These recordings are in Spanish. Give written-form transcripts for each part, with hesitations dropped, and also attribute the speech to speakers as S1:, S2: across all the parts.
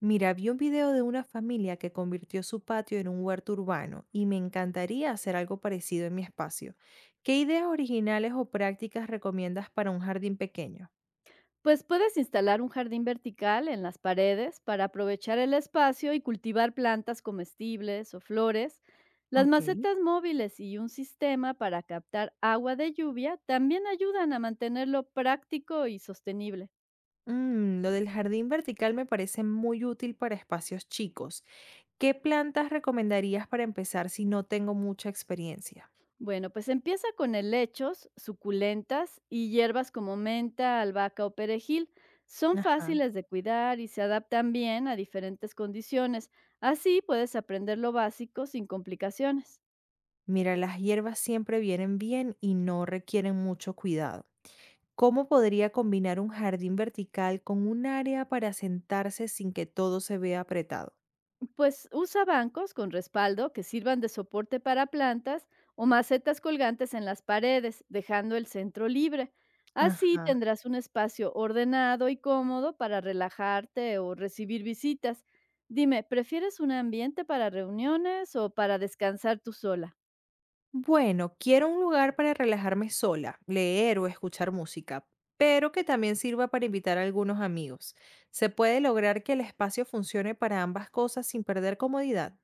S1: Mira, vi un video de una familia que convirtió su patio en un huerto urbano y me encantaría hacer algo parecido en mi espacio. ¿Qué ideas originales o prácticas recomiendas para un jardín pequeño?
S2: Pues puedes instalar un jardín vertical en las paredes para aprovechar el espacio y cultivar plantas comestibles o flores. Las
S1: Ok.
S2: macetas móviles y un sistema para captar agua de lluvia también ayudan a mantenerlo práctico y sostenible.
S1: Lo del jardín vertical me parece muy útil para espacios chicos. ¿Qué plantas recomendarías para empezar si no tengo mucha experiencia?
S2: Bueno, pues empieza con helechos, suculentas y hierbas como menta, albahaca o perejil. Son
S1: Ajá.
S2: fáciles de cuidar y se adaptan bien a diferentes condiciones. Así puedes aprender lo básico sin complicaciones.
S1: Mira, las hierbas siempre vienen bien y no requieren mucho cuidado. ¿Cómo podría combinar un jardín vertical con un área para sentarse sin que todo se vea apretado?
S2: Pues usa bancos con respaldo que sirvan de soporte para plantas o macetas colgantes en las paredes, dejando el centro libre. Así
S1: Ajá.
S2: tendrás un espacio ordenado y cómodo para relajarte o recibir visitas. Dime, ¿prefieres un ambiente para reuniones o para descansar tú sola?
S1: Bueno, quiero un lugar para relajarme sola, leer o escuchar música, pero que también sirva para invitar a algunos amigos. ¿Se puede lograr que el espacio funcione para ambas cosas sin perder comodidad?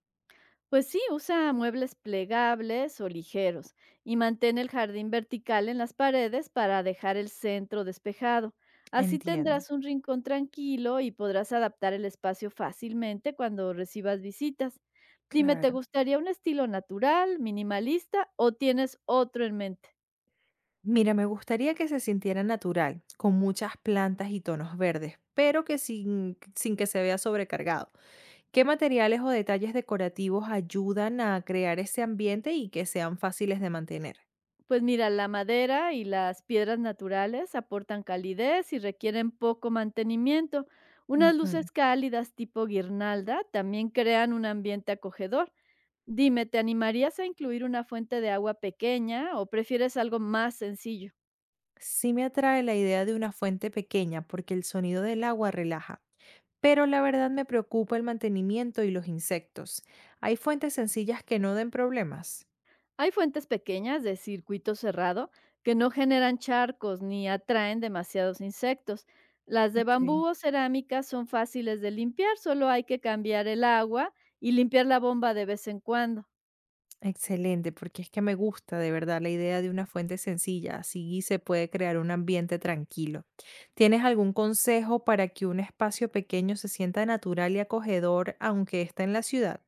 S2: Pues sí, usa muebles plegables o ligeros y mantén el jardín vertical en las paredes para dejar el centro despejado. Así
S1: Entiendo.
S2: tendrás un rincón tranquilo y podrás adaptar el espacio fácilmente cuando recibas visitas. Dime, ¿te
S1: Claro.
S2: gustaría un estilo natural, minimalista o tienes otro en mente?
S1: Mira, me gustaría que se sintiera natural, con muchas plantas y tonos verdes, pero que sin que se vea sobrecargado. ¿Qué materiales o detalles decorativos ayudan a crear ese ambiente y que sean fáciles de mantener?
S2: Pues mira, la madera y las piedras naturales aportan calidez y requieren poco mantenimiento. Unas
S1: Ujú.
S2: luces cálidas tipo guirnalda también crean un ambiente acogedor. Dime, ¿te animarías a incluir una fuente de agua pequeña o prefieres algo más sencillo?
S1: Sí, me atrae la idea de una fuente pequeña porque el sonido del agua relaja, pero la verdad me preocupa el mantenimiento y los insectos. ¿Hay fuentes sencillas que no den problemas?
S2: Hay fuentes pequeñas de circuito cerrado que no generan charcos ni atraen demasiados insectos. Las de
S1: Ok.
S2: bambú o cerámica son fáciles de limpiar, solo hay que cambiar el agua y limpiar la bomba de vez en cuando.
S1: Excelente, porque es que me gusta de verdad la idea de una fuente sencilla, así se puede crear un ambiente tranquilo. ¿Tienes algún consejo para que un espacio pequeño se sienta natural y acogedor aunque esté en la ciudad?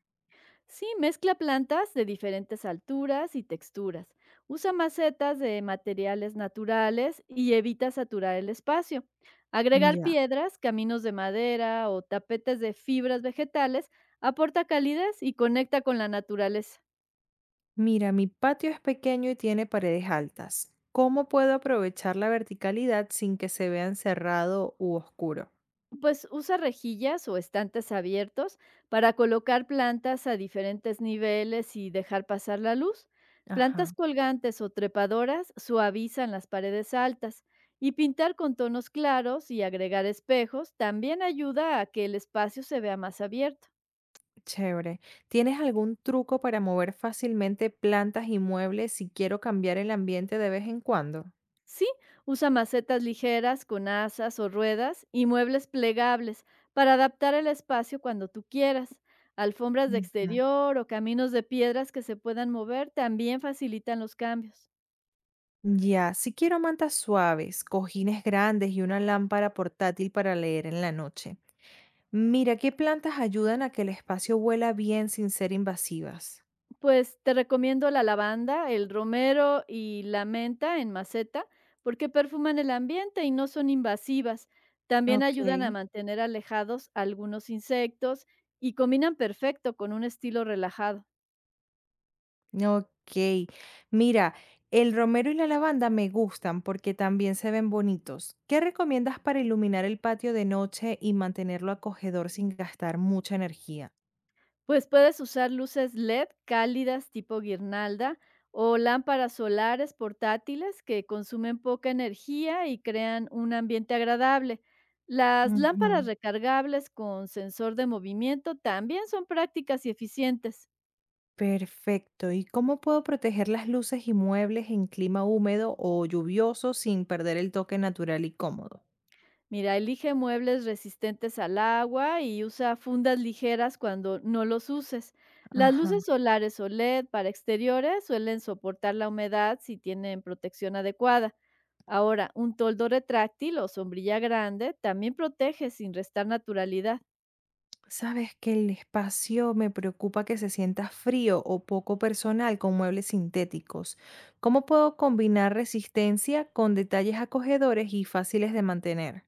S2: Sí, mezcla plantas de diferentes alturas y texturas. Usa macetas de materiales naturales y evita saturar el espacio. Agregar
S1: Ya.
S2: piedras, caminos de madera o tapetes de fibras vegetales aporta calidez y conecta con la naturaleza.
S1: Mira, mi patio es pequeño y tiene paredes altas. ¿Cómo puedo aprovechar la verticalidad sin que se vea encerrado u oscuro?
S2: Pues usa rejillas o estantes abiertos para colocar plantas a diferentes niveles y dejar pasar la luz. Plantas
S1: Ajá,
S2: colgantes o trepadoras suavizan las paredes altas y pintar con tonos claros y agregar espejos también ayuda a que el espacio se vea más abierto.
S1: chévere. ¿Tienes algún truco para mover fácilmente plantas y muebles si quiero cambiar el ambiente de vez en cuando?
S2: Sí, usa macetas ligeras con asas o ruedas y muebles plegables para adaptar el espacio cuando tú quieras. Alfombras de
S1: Ujú.
S2: exterior o caminos de piedras que se puedan mover también facilitan los cambios.
S1: Ya, si quiero mantas suaves, cojines grandes y una lámpara portátil para leer en la noche. Mira, ¿qué plantas ayudan a que el espacio huela bien sin ser invasivas?
S2: Pues te recomiendo la lavanda, el romero y la menta en maceta porque perfuman el ambiente y no son invasivas. También
S1: Ok,
S2: ayudan a mantener alejados algunos insectos y combinan perfecto con un estilo relajado.
S1: ok. Mira, el romero y la lavanda me gustan porque también se ven bonitos. ¿Qué recomiendas para iluminar el patio de noche y mantenerlo acogedor sin gastar mucha energía?
S2: Pues puedes usar luces LED cálidas tipo guirnalda o lámparas solares portátiles que consumen poca energía y crean un ambiente agradable. Las lámparas recargables con sensor de movimiento también son prácticas y eficientes.
S1: Perfecto. ¿Y cómo puedo proteger las luces y muebles en clima húmedo o lluvioso sin perder el toque natural y cómodo?
S2: Mira, elige muebles resistentes al agua y usa fundas ligeras cuando no los uses. Las
S1: Ajá.
S2: luces solares o LED para exteriores suelen soportar la humedad si tienen protección adecuada. Ahora, un toldo retráctil o sombrilla grande también protege sin restar naturalidad.
S1: Sabes que el espacio me preocupa que se sienta frío o poco personal con muebles sintéticos. ¿Cómo puedo combinar resistencia con detalles acogedores y fáciles de mantener?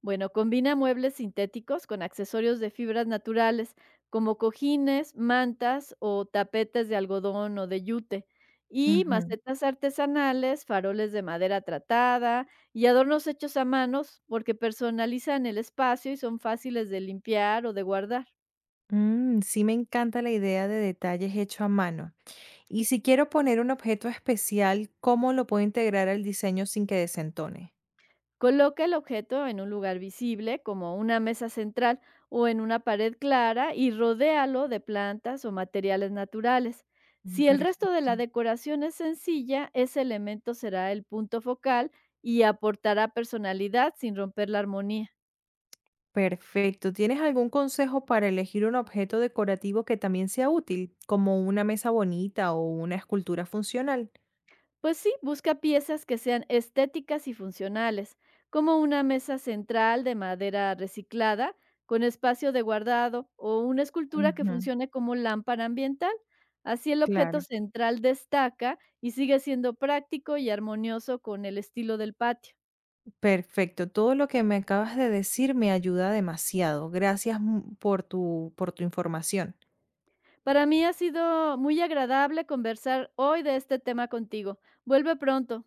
S2: Bueno, combina muebles sintéticos con accesorios de fibras naturales, como cojines, mantas o tapetes de algodón o de yute, y
S1: Ujú.
S2: macetas artesanales, faroles de madera tratada y adornos hechos a manos porque personalizan el espacio y son fáciles de limpiar o de guardar.
S1: Sí, me encanta la idea de detalles hecho a mano. Y si quiero poner un objeto especial, ¿cómo lo puedo integrar al diseño sin que desentone?
S2: Coloca el objeto en un lugar visible, como una mesa central o en una pared clara, y rodéalo de plantas o materiales naturales. Si el resto de
S1: Perfecto.
S2: la decoración es sencilla, ese elemento será el punto focal y aportará personalidad sin romper la armonía.
S1: Perfecto. ¿Tienes algún consejo para elegir un objeto decorativo que también sea útil, como una mesa bonita o una escultura funcional?
S2: Pues sí, busca piezas que sean estéticas y funcionales, como una mesa central de madera reciclada con espacio de guardado o una escultura que
S1: Ujú,
S2: funcione como lámpara ambiental. Así el objeto
S1: claro.
S2: central destaca y sigue siendo práctico y armonioso con el estilo del patio.
S1: Perfecto. Todo lo que me acabas de decir me ayuda demasiado. Gracias por tu información.
S2: Para mí ha sido muy agradable conversar hoy de este tema contigo. Vuelve pronto.